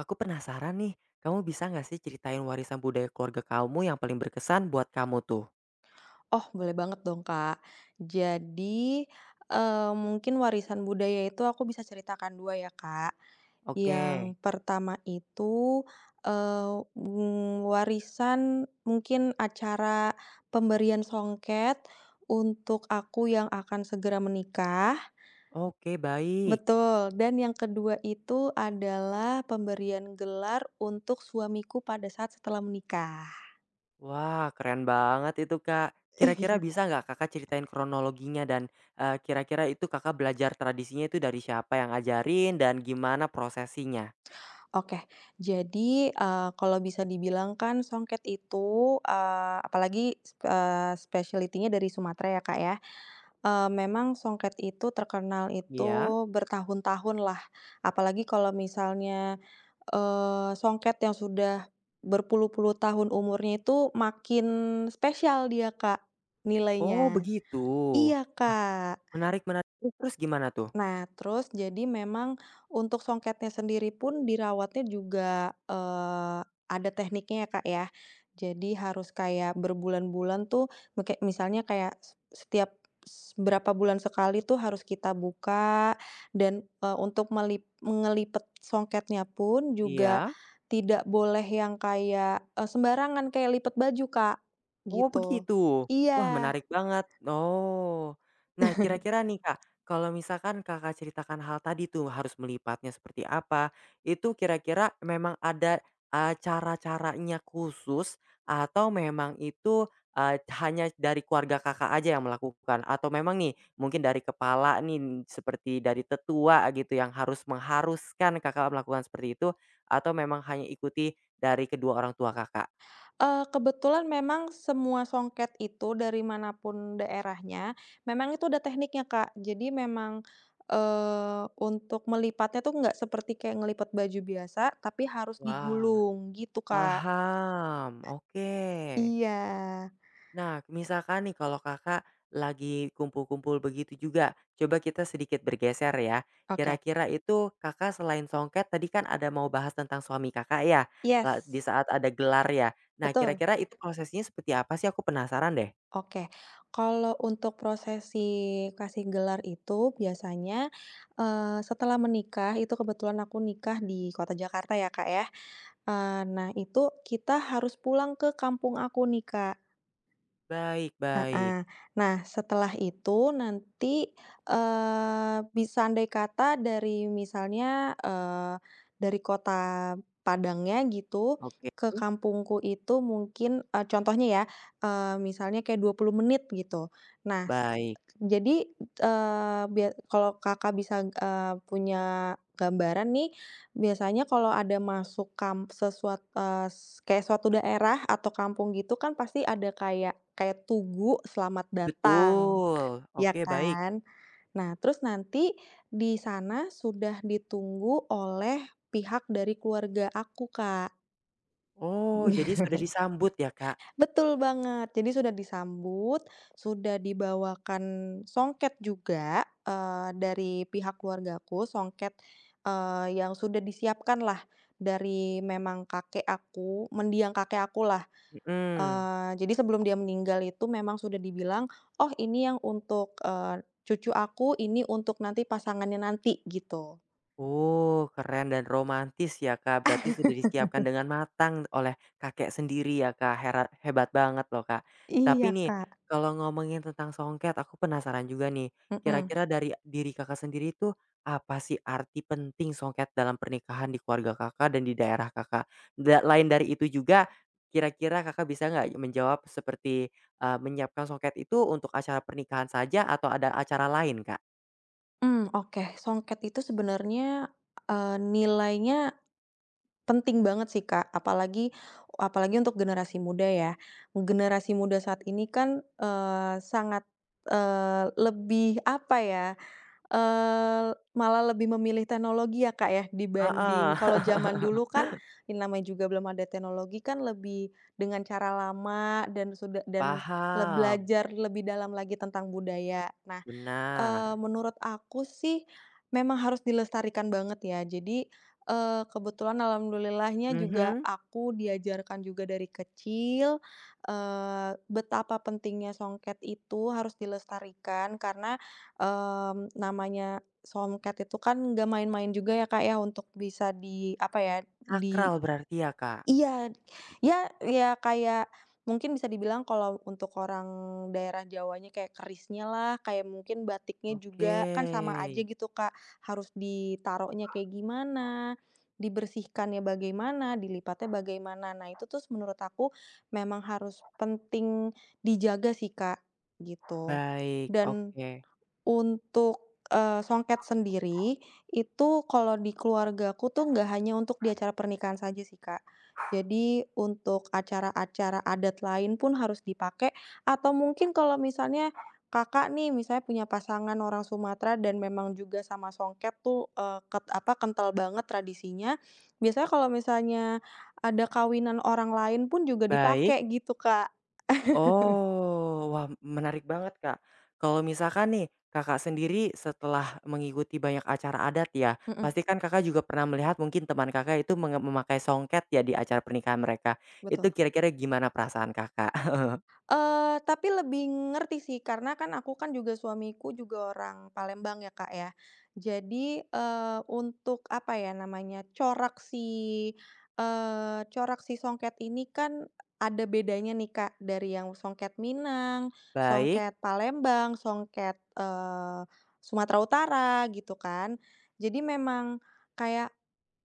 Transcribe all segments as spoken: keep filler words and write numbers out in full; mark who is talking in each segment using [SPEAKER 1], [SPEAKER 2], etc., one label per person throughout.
[SPEAKER 1] Aku penasaran nih, kamu bisa nggak sih ceritain warisan budaya keluarga kamu yang paling berkesan buat kamu tuh?
[SPEAKER 2] Oh, boleh banget dong, Kak. Jadi, eee, mungkin warisan budaya itu aku bisa ceritakan dua ya, Kak.
[SPEAKER 1] Oke,
[SPEAKER 2] Yang pertama itu, eee, mmm, warisan mungkin acara pemberian songket untuk aku yang akan segera menikah
[SPEAKER 1] oke baik.
[SPEAKER 2] betul, dan yang kedua itu adalah pemberian gelar untuk suamiku pada saat setelah menikah.
[SPEAKER 1] Wah keren banget itu Kak. Kira-kira bisa nggak Kakak ceritain kronologinya dan eh, kira-kira itu Kakak belajar tradisinya itu dari siapa yang ajarin dan gimana prosesinya?
[SPEAKER 2] Oke. Jadi, eee, kalau bisa dibilang kan songket itu, eee, apalagi, eee, specialty-nya dari Sumatera ya, Kak, ya. Eee, memang songket itu terkenal
[SPEAKER 1] Iya.
[SPEAKER 2] itu bertahun-tahun lah. Apalagi kalau misalnya, eee, songket yang sudah berpuluh-puluh tahun umurnya itu makin spesial dia, Kak,
[SPEAKER 1] Oh
[SPEAKER 2] nilainya.
[SPEAKER 1] begitu.
[SPEAKER 2] Iya,
[SPEAKER 1] Wah
[SPEAKER 2] Kak.
[SPEAKER 1] menarik menarik. Terus Terus gimana tuh?
[SPEAKER 2] Nah, terus jadi memang untuk songketnya sendiri pun dirawatnya juga, eee, ada tekniknya ya, Kak, ya. Jadi harus kayak berbulan-bulan tuh meke misalnya kayak s setiap s berapa bulan sekali tuh harus kita buka dan, eee, untuk melip mengelipet songketnya pun juga
[SPEAKER 1] Iya.
[SPEAKER 2] tidak boleh yang kayak, eee, sembarangan kayak lipet baju, Kak,
[SPEAKER 1] Oh
[SPEAKER 2] gitu.
[SPEAKER 1] begitu. Wah
[SPEAKER 2] Iya.
[SPEAKER 1] menarik banget. Oh. Nah kira-kira nih Kak, kalau misalkan Kakak ceritakan hal tadi tuh harus melipatnya seperti apa, itu kira-kira memang ada, eee, cara-caranya khusus atau memang itu, eee, hanya dari keluarga Kakak aja yang melakukan? Atau memang nih mungkin dari kepala nih seperti dari tetua gitu yang harus mengharuskan Kakak melakukan seperti itu, atau memang hanya ikuti dari kedua orang tua Kakak?
[SPEAKER 2] Eee, kebetulan memang semua songket itu dari manapun daerahnya, memang itu ada tekniknya, Kak. Jadi memang, eee, untuk melipatnya tuh nggak seperti kayak ngelipat baju biasa, tapi harus
[SPEAKER 1] Wah.
[SPEAKER 2] digulung gitu, Kak.
[SPEAKER 1] Paham, oke.
[SPEAKER 2] Iya.
[SPEAKER 1] Nah, misalkan nih kalau Kakak lagi kumpul-kumpul begitu juga, coba kita sedikit bergeser ya.
[SPEAKER 2] Oke.
[SPEAKER 1] Kira-kira itu Kakak selain songket tadi kan ada mau bahas tentang suami Kakak ya, la
[SPEAKER 2] Yes,
[SPEAKER 1] di saat ada gelar ya. Nah,
[SPEAKER 2] betul.
[SPEAKER 1] kira-kira itu prosesnya seperti apa sih? Aku penasaran deh.
[SPEAKER 2] Oke, kalau untuk prosesi kasih gelar itu biasanya, eee, setelah menikah itu kebetulan aku nikah di kota Jakarta ya, Kak, ya. Eee, nah, itu kita harus pulang ke kampung aku nih, Kak.
[SPEAKER 1] Baik Baik.
[SPEAKER 2] Heeh. Nah, setelah itu nanti, eee, bi seandai kata dari misalnya, eee, dari kota Padangnya gitu
[SPEAKER 1] Oke,
[SPEAKER 2] ke kampungku itu mungkin, eee, contohnya ya, eee, misalnya kayak dua puluh menit gitu. Nah, s
[SPEAKER 1] baik.
[SPEAKER 2] jadi, eee, bia kalau Kakak bisa, eee, punya gambaran nih, biasanya kalau ada masuk kam sesuat eh, kayak suatu daerah atau kampung gitu kan pasti ada kayak kayak tugu selamat datang,
[SPEAKER 1] Betul.
[SPEAKER 2] ya
[SPEAKER 1] Oke, baik.
[SPEAKER 2] kan? Nah, terus nanti di sana sudah ditunggu oleh pihak dari keluarga aku, Kak.
[SPEAKER 1] Oh, jadi sudah disambut ya, Kak?
[SPEAKER 2] Betul banget. Jadi sudah disambut, sudah dibawakan songket juga, eee, dari pihak keluargaku, songket, eee, yang sudah disiapkan lah dari memang kakek aku, mendiang kakek akulah.
[SPEAKER 1] Mhm.
[SPEAKER 2] Eee, jadi sebelum dia meninggal itu memang sudah dibilang, "Oh ini yang untuk, eee, cucu aku, ini untuk nanti pasangannya nanti," gitu.
[SPEAKER 1] Oh, keren dan romantis ya, Kak. Berarti sudah disiapkan dengan matang oleh kakek sendiri ya, Kak. Hera- hebat banget loh, Kak. Tapi
[SPEAKER 2] Iya,
[SPEAKER 1] nih,
[SPEAKER 2] Kak.
[SPEAKER 1] kalau ngomongin tentang songket, aku penasaran juga nih.
[SPEAKER 2] Mhm,
[SPEAKER 1] Kira-kira dari diri kakak sendiri itu apa sih arti penting songket dalam pernikahan di keluarga kakak dan di daerah kakak? Da- lain dari itu juga, kira-kira kakak bisa nggak menjawab seperti eh, menyiapkan songket itu untuk acara pernikahan saja atau ada acara lain, Kak?
[SPEAKER 2] mmm, oke. Songket itu sebenarnya, eee, nilainya penting banget sih, Kak, apalagi apalagi untuk generasi muda ya. Generasi muda saat ini kan, eee, sangat, eee, lebih apa ya, eee, malah lebih memilih teknologi ya, Kak, ya,
[SPEAKER 1] Ah,
[SPEAKER 2] dibanding kalau zaman
[SPEAKER 1] ah,
[SPEAKER 2] dulu kan yang namanya juga belum ada teknologi kan lebih dengan cara lama dan sudah dan le
[SPEAKER 1] paham.
[SPEAKER 2] belajar lebih dalam lagi tentang budaya. Nah. Eee,
[SPEAKER 1] Benar.
[SPEAKER 2] menurut aku sih, memang harus dilestarikan banget ya. Jadi, eee, kebetulan alhamdulillahnya juga
[SPEAKER 1] Mhm.
[SPEAKER 2] aku diajarkan juga dari kecil, eee, betapa pentingnya songket itu harus dilestarikan karena, mmm, namanya songket itu kan nggak main-main juga ya, Kak, ya, untuk bisa di apa ya, di.
[SPEAKER 1] Sakral berarti ya, Kak?
[SPEAKER 2] Iya, ya, ya, kayak mungkin bisa dibilang kalau untuk orang daerah Jawanya kayak kerisnya lah, kayak mungkin batiknya
[SPEAKER 1] Oke.
[SPEAKER 2] juga kan sama aja gitu, Kak, harus ditaruhnya kayak gimana, dibersihkannya bagaimana, dilipatnya bagaimana. Nah, itu terus menurut aku memang harus penting dijaga sih, Kak, gitu.
[SPEAKER 1] Baik,
[SPEAKER 2] Dan
[SPEAKER 1] oke.
[SPEAKER 2] untuk, eee, songket sendiri, itu kalau di keluargaku tuh nggak hanya untuk di acara pernikahan saja sih, Kak. Jadi untuk acara-acara adat lain pun harus dipakai, atau mungkin kalau misalnya Kakak nih, misalnya punya pasangan orang Sumatera dan memang juga sama songket tuh, eee, ket apa, kental banget tradisinya, biasanya kalau misalnya ada kawinan orang lain pun juga
[SPEAKER 1] Baik
[SPEAKER 2] dipakai gitu, Kak.
[SPEAKER 1] oh, wah menarik banget, Kak. Kalau misalkan nih, Kakak sendiri setelah mengikuti banyak acara adat ya,
[SPEAKER 2] Mhm,
[SPEAKER 1] pasti kan Kakak juga pernah melihat mungkin teman Kakak itu menge memakai songket ya di acara pernikahan mereka. Itu
[SPEAKER 2] betul.
[SPEAKER 1] kira-kira gimana perasaan Kakak?
[SPEAKER 2] Eee, tapi lebih ngerti sih, karena kan aku kan juga suamiku juga orang Palembang ya, Kak, ya. Jadi, eee, untuk apa ya namanya, corak si eee, corak si songket ini kan ada bedanya nih, Kak, dari yang songket Minang,
[SPEAKER 1] Baik.
[SPEAKER 2] songket Palembang, songket, eee, Sumatera Utara gitu kan. Jadi memang kayak,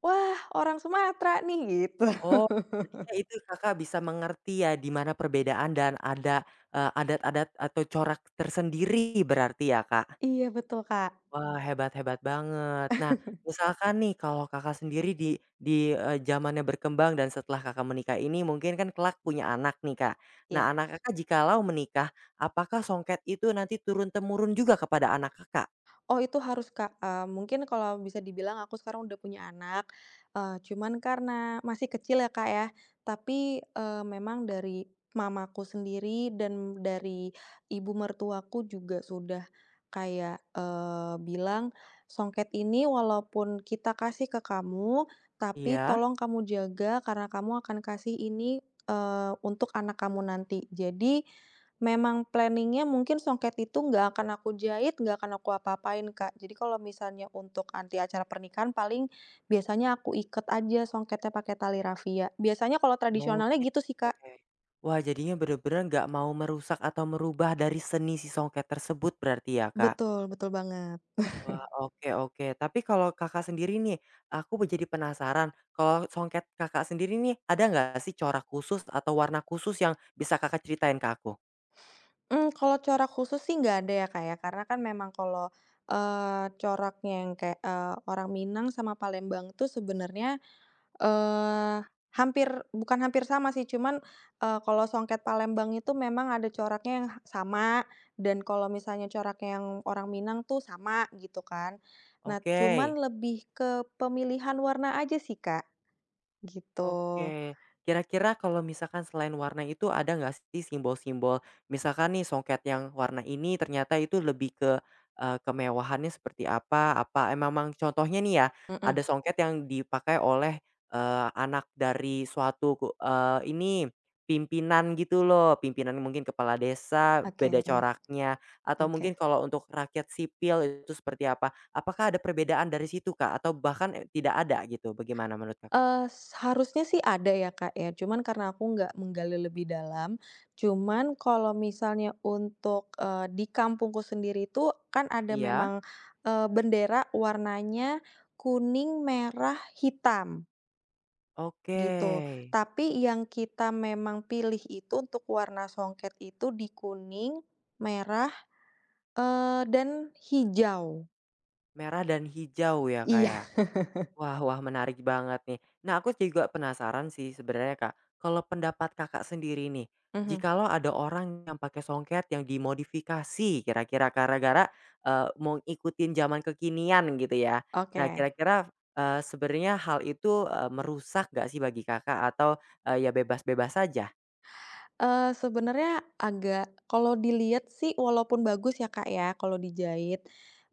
[SPEAKER 2] "Wah, orang Sumatera nih," gitu.
[SPEAKER 1] Oh, jadinya itu Kakak bisa mengerti ya di mana perbedaan dan ada, eee, adat-adat atau corak tersendiri berarti ya, Kak?
[SPEAKER 2] Iya, betul, Kak.
[SPEAKER 1] Wah, hebat hebat banget. Nah, misalkan nih kalau Kakak sendiri di di, eee, zamannya berkembang dan setelah Kakak menikah ini mungkin kan kelak punya anak nih, Kak. Nah,
[SPEAKER 2] Iya.
[SPEAKER 1] anak Kakak jikalau menikah, apakah songket itu nanti turun-temurun juga kepada anak Kakak?
[SPEAKER 2] Oh itu harus Kak, eee, mungkin kalau bisa dibilang aku sekarang udah punya anak, eee, cuman karena masih kecil ya, Kak, ya, tapi, eee, memang dari mamaku sendiri dan dari ibu mertuaku juga sudah kayak, eee, bilang, "Songket ini walaupun kita kasih ke kamu, tapi
[SPEAKER 1] Iya.
[SPEAKER 2] tolong kamu jaga karena kamu akan kasih ini, eee, untuk anak kamu nanti. Jadi, memang planning-nya mungkin songket itu nggak akan aku jahit, nggak akan aku apa-apain, Kak. Jadi kalau misalnya untuk anti acara pernikahan paling biasanya aku iket aja songketnya pakai tali rafia. Biasanya kalau tradisionalnya
[SPEAKER 1] Oke.
[SPEAKER 2] gitu sih, Kak.
[SPEAKER 1] Wah, jadinya bener-bener nggak mau merusak atau merubah dari seni si songket tersebut berarti ya, Kak?
[SPEAKER 2] Betul, betul banget.
[SPEAKER 1] Wah, oke oke. Tapi kalau Kakak sendiri nih, aku jadi penasaran, kalau songket Kakak sendiri nih, ada nggak sih corak khusus atau warna khusus yang bisa Kakak ceritain ke aku?
[SPEAKER 2] Mmm, kalau corak khusus sih nggak ada ya, Kak, ya, karena kan memang kalau, eee, coraknya yang kayak, eee, orang Minang sama Palembang tuh sebenarnya, Eee, hampir, bukan hampir sama sih, cuman, eee, kalau songket Palembang itu memang ada coraknya yang sama, dan kalau misalnya coraknya yang orang Minang tuh sama, gitu kan. Nah,
[SPEAKER 1] Oke.
[SPEAKER 2] cuman lebih ke pemilihan warna aja sih, Kak, gitu.
[SPEAKER 1] Oke, kira-kira kalau misalkan selain warna itu ada nggak sih simbol-simbol, misalkan nih songket yang warna ini ternyata itu lebih ke, eee, kemewahannya seperti apa apa emang memang contohnya nih ya, ada
[SPEAKER 2] Mhm,
[SPEAKER 1] songket yang dipakai oleh, eee, anak dari suatu ku eee, ini, pimpinan gitu loh, pimpinan mungkin kepala desa,
[SPEAKER 2] oke,
[SPEAKER 1] beda coraknya, atau mungkin
[SPEAKER 2] oke.
[SPEAKER 1] kalau untuk rakyat sipil itu seperti apa? Apakah ada perbedaan dari situ, Kak? Atau bahkan, eee, tidak ada gitu, bagaimana menurut Kakak?
[SPEAKER 2] Eee, seharusnya sih ada ya, Kak, ya, cuman karena aku nggak menggali lebih dalam, cuman kalau misalnya untuk, eee, di kampungku sendiri itu kan ada
[SPEAKER 1] Iya.
[SPEAKER 2] memang, eee, bendera warnanya kuning, merah, hitam,
[SPEAKER 1] Oke,
[SPEAKER 2] gitu. Tapi yang kita memang pilih itu untuk warna songket itu di kuning, merah, eee, dan hijau.
[SPEAKER 1] merah dan hijau ya, Kak,
[SPEAKER 2] Iya,
[SPEAKER 1] ya? Wah wah menarik banget nih. Nah aku juga penasaran sih sebenarnya, Kak, kalau pendapat Kakak sendiri nih,
[SPEAKER 2] mhm,
[SPEAKER 1] jikalau ada orang yang pakai songket yang dimodifikasi kira-kira gara-gara, eee, mau ngikutin zaman kekinian gitu ya. Nah
[SPEAKER 2] oke.
[SPEAKER 1] kira-kira, eee, sebenarnya hal itu, eee, merusak nggak sih bagi Kakak atau, eee, ya bebas-bebas saja?
[SPEAKER 2] Eee, sebenarnya agak kalau dilihat sih walaupun bagus ya, Kak, ya, kalau dijahit,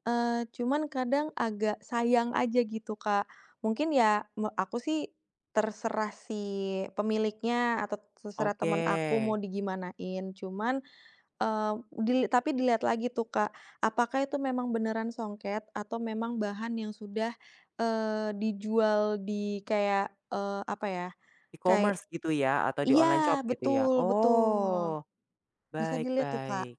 [SPEAKER 2] eee, cuman kadang agak sayang aja gitu, Kak. Mungkin ya me aku sih terserah si pemiliknya atau terserah
[SPEAKER 1] Oke,
[SPEAKER 2] temen, mhm, aku mau digimanain, cuman, eee, dili tapi dilihat lagi tuh, Kak, apakah itu memang beneran songket atau memang bahan yang sudah, eee, dijual di kayak, eee, apa ya, kayak,
[SPEAKER 1] e-commerce gitu ya atau di
[SPEAKER 2] iya,
[SPEAKER 1] online shop gitu ya?
[SPEAKER 2] betul, betul.
[SPEAKER 1] Oh,
[SPEAKER 2] Bisa
[SPEAKER 1] baik
[SPEAKER 2] dilihat tuh, Kak.
[SPEAKER 1] baik.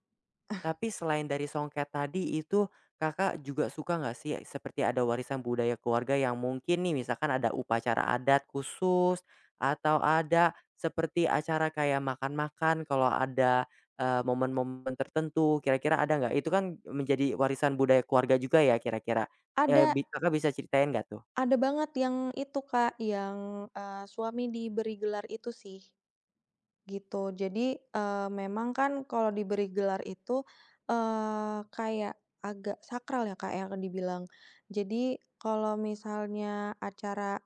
[SPEAKER 1] Tapi selain dari songket tadi itu, Kakak juga suka nggak sih seperti ada warisan budaya keluarga yang mungkin nih misalkan ada upacara adat khusus, atau ada seperti acara kayak makan-makan kalau ada, eee, momen-momen tertentu kira-kira ada nggak? Itu kan menjadi warisan budaya keluarga juga ya kira-kira, eee,
[SPEAKER 2] Ada
[SPEAKER 1] bi Kakak bisa ceritain nggak tuh?
[SPEAKER 2] ada banget yang itu, Kak, yang, eee, suami diberi gelar itu sih. Gitu. Jadi, eee, memang kan kalau diberi gelar itu, eee, kayak agak sakral ya, Kak, yang dibilang. Jadi kalau misalnya acara,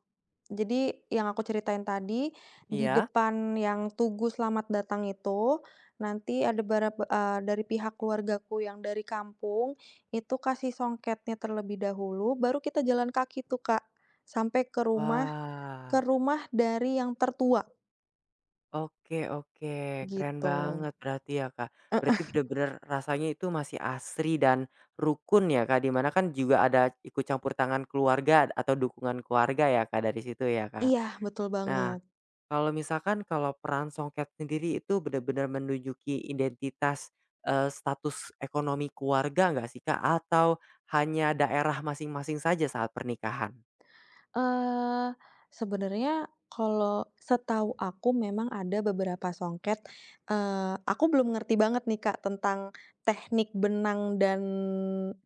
[SPEAKER 2] jadi yang aku ceritain tadi, di
[SPEAKER 1] Iya?
[SPEAKER 2] depan yang tugu selamat datang itu, nanti ada bara eee, dari pihak keluargaku yang dari kampung, itu kasih songketnya terlebih dahulu, baru kita jalan kaki tuh, Kak, sampai ke rumah
[SPEAKER 1] Wah.
[SPEAKER 2] ke rumah dari yang tertua,
[SPEAKER 1] Oke Oke, keren
[SPEAKER 2] gitu.
[SPEAKER 1] banget berarti ya, Kak. Berarti bener-bener rasanya itu masih asri dan rukun ya, Kak, di mana kan juga ada ikut campur tangan keluarga atau dukungan keluarga ya, Kak, dari situ ya, Kak.
[SPEAKER 2] Iya, betul
[SPEAKER 1] Nah,
[SPEAKER 2] banget.
[SPEAKER 1] kalau misalkan kalau peran songket sendiri itu bener-bener menunjuki identitas, eee, status ekonomi keluarga nggak sih, Kak? Atau hanya daerah masing-masing saja saat pernikahan?
[SPEAKER 2] Eee, Sebenarnya kalau setahu aku memang ada beberapa songket, eee, aku belum ngerti banget nih, Kak, tentang teknik benang dan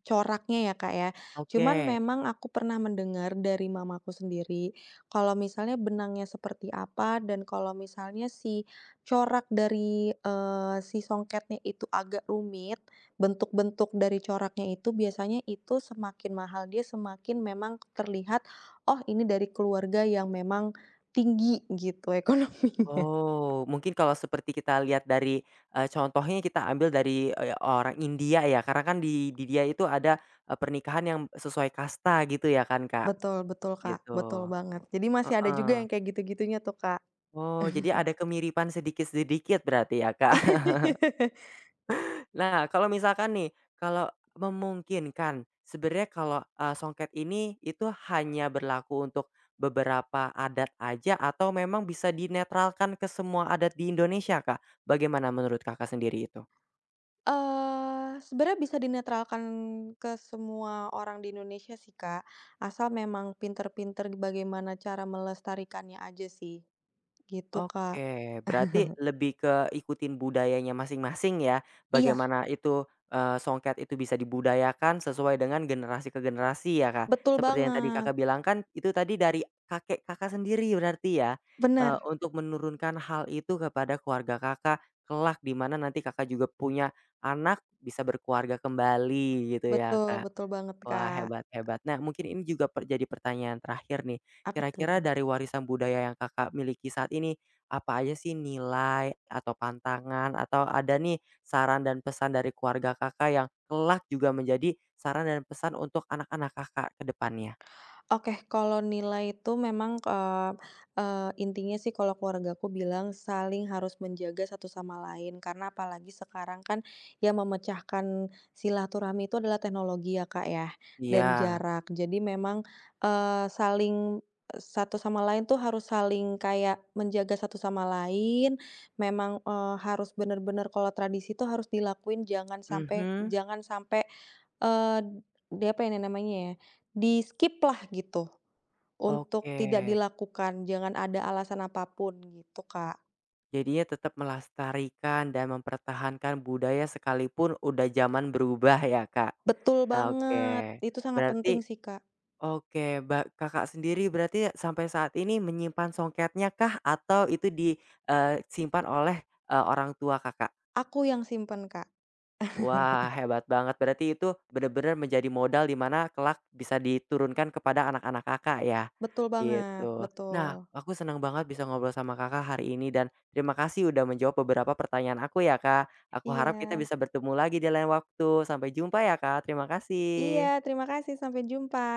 [SPEAKER 2] coraknya ya, Kak, ya. Cuman
[SPEAKER 1] Oke.
[SPEAKER 2] memang aku pernah mendengar dari mamaku sendiri, kalau misalnya benangnya seperti apa dan kalau misalnya si corak dari, eee, si songketnya itu agak rumit, bentuk-bentuk dari coraknya itu biasanya itu semakin mahal dia semakin memang terlihat, "Oh, ini dari keluarga yang memang tinggi gitu ekonominya."
[SPEAKER 1] Oh, mungkin kalau seperti kita lihat dari, eee, contohnya kita ambil dari, eee, orang India ya, karena kan di di dia itu ada, eee, pernikahan yang sesuai kasta gitu ya kan, Kak?
[SPEAKER 2] Betul, betul, Kak,
[SPEAKER 1] Gitu,
[SPEAKER 2] betul banget. Jadi masih ada juga
[SPEAKER 1] heeh.
[SPEAKER 2] yang kayak gitu-gitunya tuh, Kak.
[SPEAKER 1] Oh, jadi ada kemiripan sedikit-sedikit berarti ya, Kak? Nah, kalau misalkan nih, kalau memungkinkan, sebenarnya kalau, eee, songket ini itu hanya berlaku untuk beberapa adat aja atau memang bisa dinetralkan ke semua adat di Indonesia, Kak? Bagaimana menurut Kakak sendiri itu?
[SPEAKER 2] Eee, sebenarnya bisa dinetralkan ke semua orang di Indonesia sih, Kak, asal memang pinter-pinter bagaimana cara melestarikannya aja sih, gitu, Kak.
[SPEAKER 1] Oke, berarti lebih ke ikutin budayanya masing-masing ya,
[SPEAKER 2] Iya,
[SPEAKER 1] bagaimana itu, eee, songket itu bisa dibudayakan sesuai dengan generasi ke generasi ya, Kak.
[SPEAKER 2] betul
[SPEAKER 1] Seperti yang tadi
[SPEAKER 2] banget.
[SPEAKER 1] Kakak bilang kan itu tadi dari kakek Kakak sendiri berarti ya,
[SPEAKER 2] Bener,
[SPEAKER 1] eee, untuk menurunkan hal itu kepada keluarga Kakak kelak di mana nanti Kakak juga punya anak bisa berkeluarga kembali gitu ya,
[SPEAKER 2] betul,
[SPEAKER 1] Kak?
[SPEAKER 2] betul banget,
[SPEAKER 1] Wah,
[SPEAKER 2] Kak.
[SPEAKER 1] hebat hebat. Nah, mungkin ini juga per jadi pertanyaan terakhir nih.
[SPEAKER 2] Apa tuh?
[SPEAKER 1] Kira-kira dari warisan budaya yang Kakak miliki saat ini, apa aja sih nilai atau pantangan atau ada nih saran dan pesan dari keluarga Kakak yang kelak juga menjadi saran dan pesan untuk anak-anak Kakak ke depannya?
[SPEAKER 2] Oke, kalau nilai itu memang, eee eee, intinya sih kalau keluargaku bilang saling harus menjaga satu sama lain, karena apalagi sekarang kan yang memecahkan silaturahmi itu adalah teknologi ya, Kak, ya, dan
[SPEAKER 1] Iya.
[SPEAKER 2] jarak. Jadi memang, eee, saling satu sama lain tuh harus saling kayak menjaga satu sama lain, memang, eee, harus benar-benar kalau tradisi itu harus dilakuin jangan sampai
[SPEAKER 1] Mhm.
[SPEAKER 2] jangan sampai Eee, di apa ya namanya ya, di-skip lah gitu, untuk
[SPEAKER 1] Oke.
[SPEAKER 2] tidak dilakukan, jangan ada alasan apapun gitu, Kak.
[SPEAKER 1] Jadinya tetap melestarikan dan mempertahankan budaya sekalipun udah zaman berubah ya, Kak?
[SPEAKER 2] Betul banget,
[SPEAKER 1] Oke.
[SPEAKER 2] itu sangat penting
[SPEAKER 1] Berarti
[SPEAKER 2] sih, Kak.
[SPEAKER 1] Oke, ba Kakak sendiri berarti sampai saat ini menyimpan songketnya kah atau itu disimpan oleh, eee, orang tua Kakak?
[SPEAKER 2] Aku yang simpen, Kak.
[SPEAKER 1] Wah, hebat banget berarti itu benar-benar menjadi modal di mana kelak bisa diturunkan kepada anak-anak Kakak ya,
[SPEAKER 2] Betul banget,
[SPEAKER 1] gitu.
[SPEAKER 2] betul.
[SPEAKER 1] Nah, aku senang banget bisa ngobrol sama Kakak hari ini dan terima kasih udah menjawab beberapa pertanyaan aku ya, Kak. Aku harap kita
[SPEAKER 2] Iya.
[SPEAKER 1] bisa bertemu lagi di lain waktu. Sampai jumpa ya, Kak. Terima
[SPEAKER 2] Iya,
[SPEAKER 1] kasih.
[SPEAKER 2] terima kasih, sampai jumpa.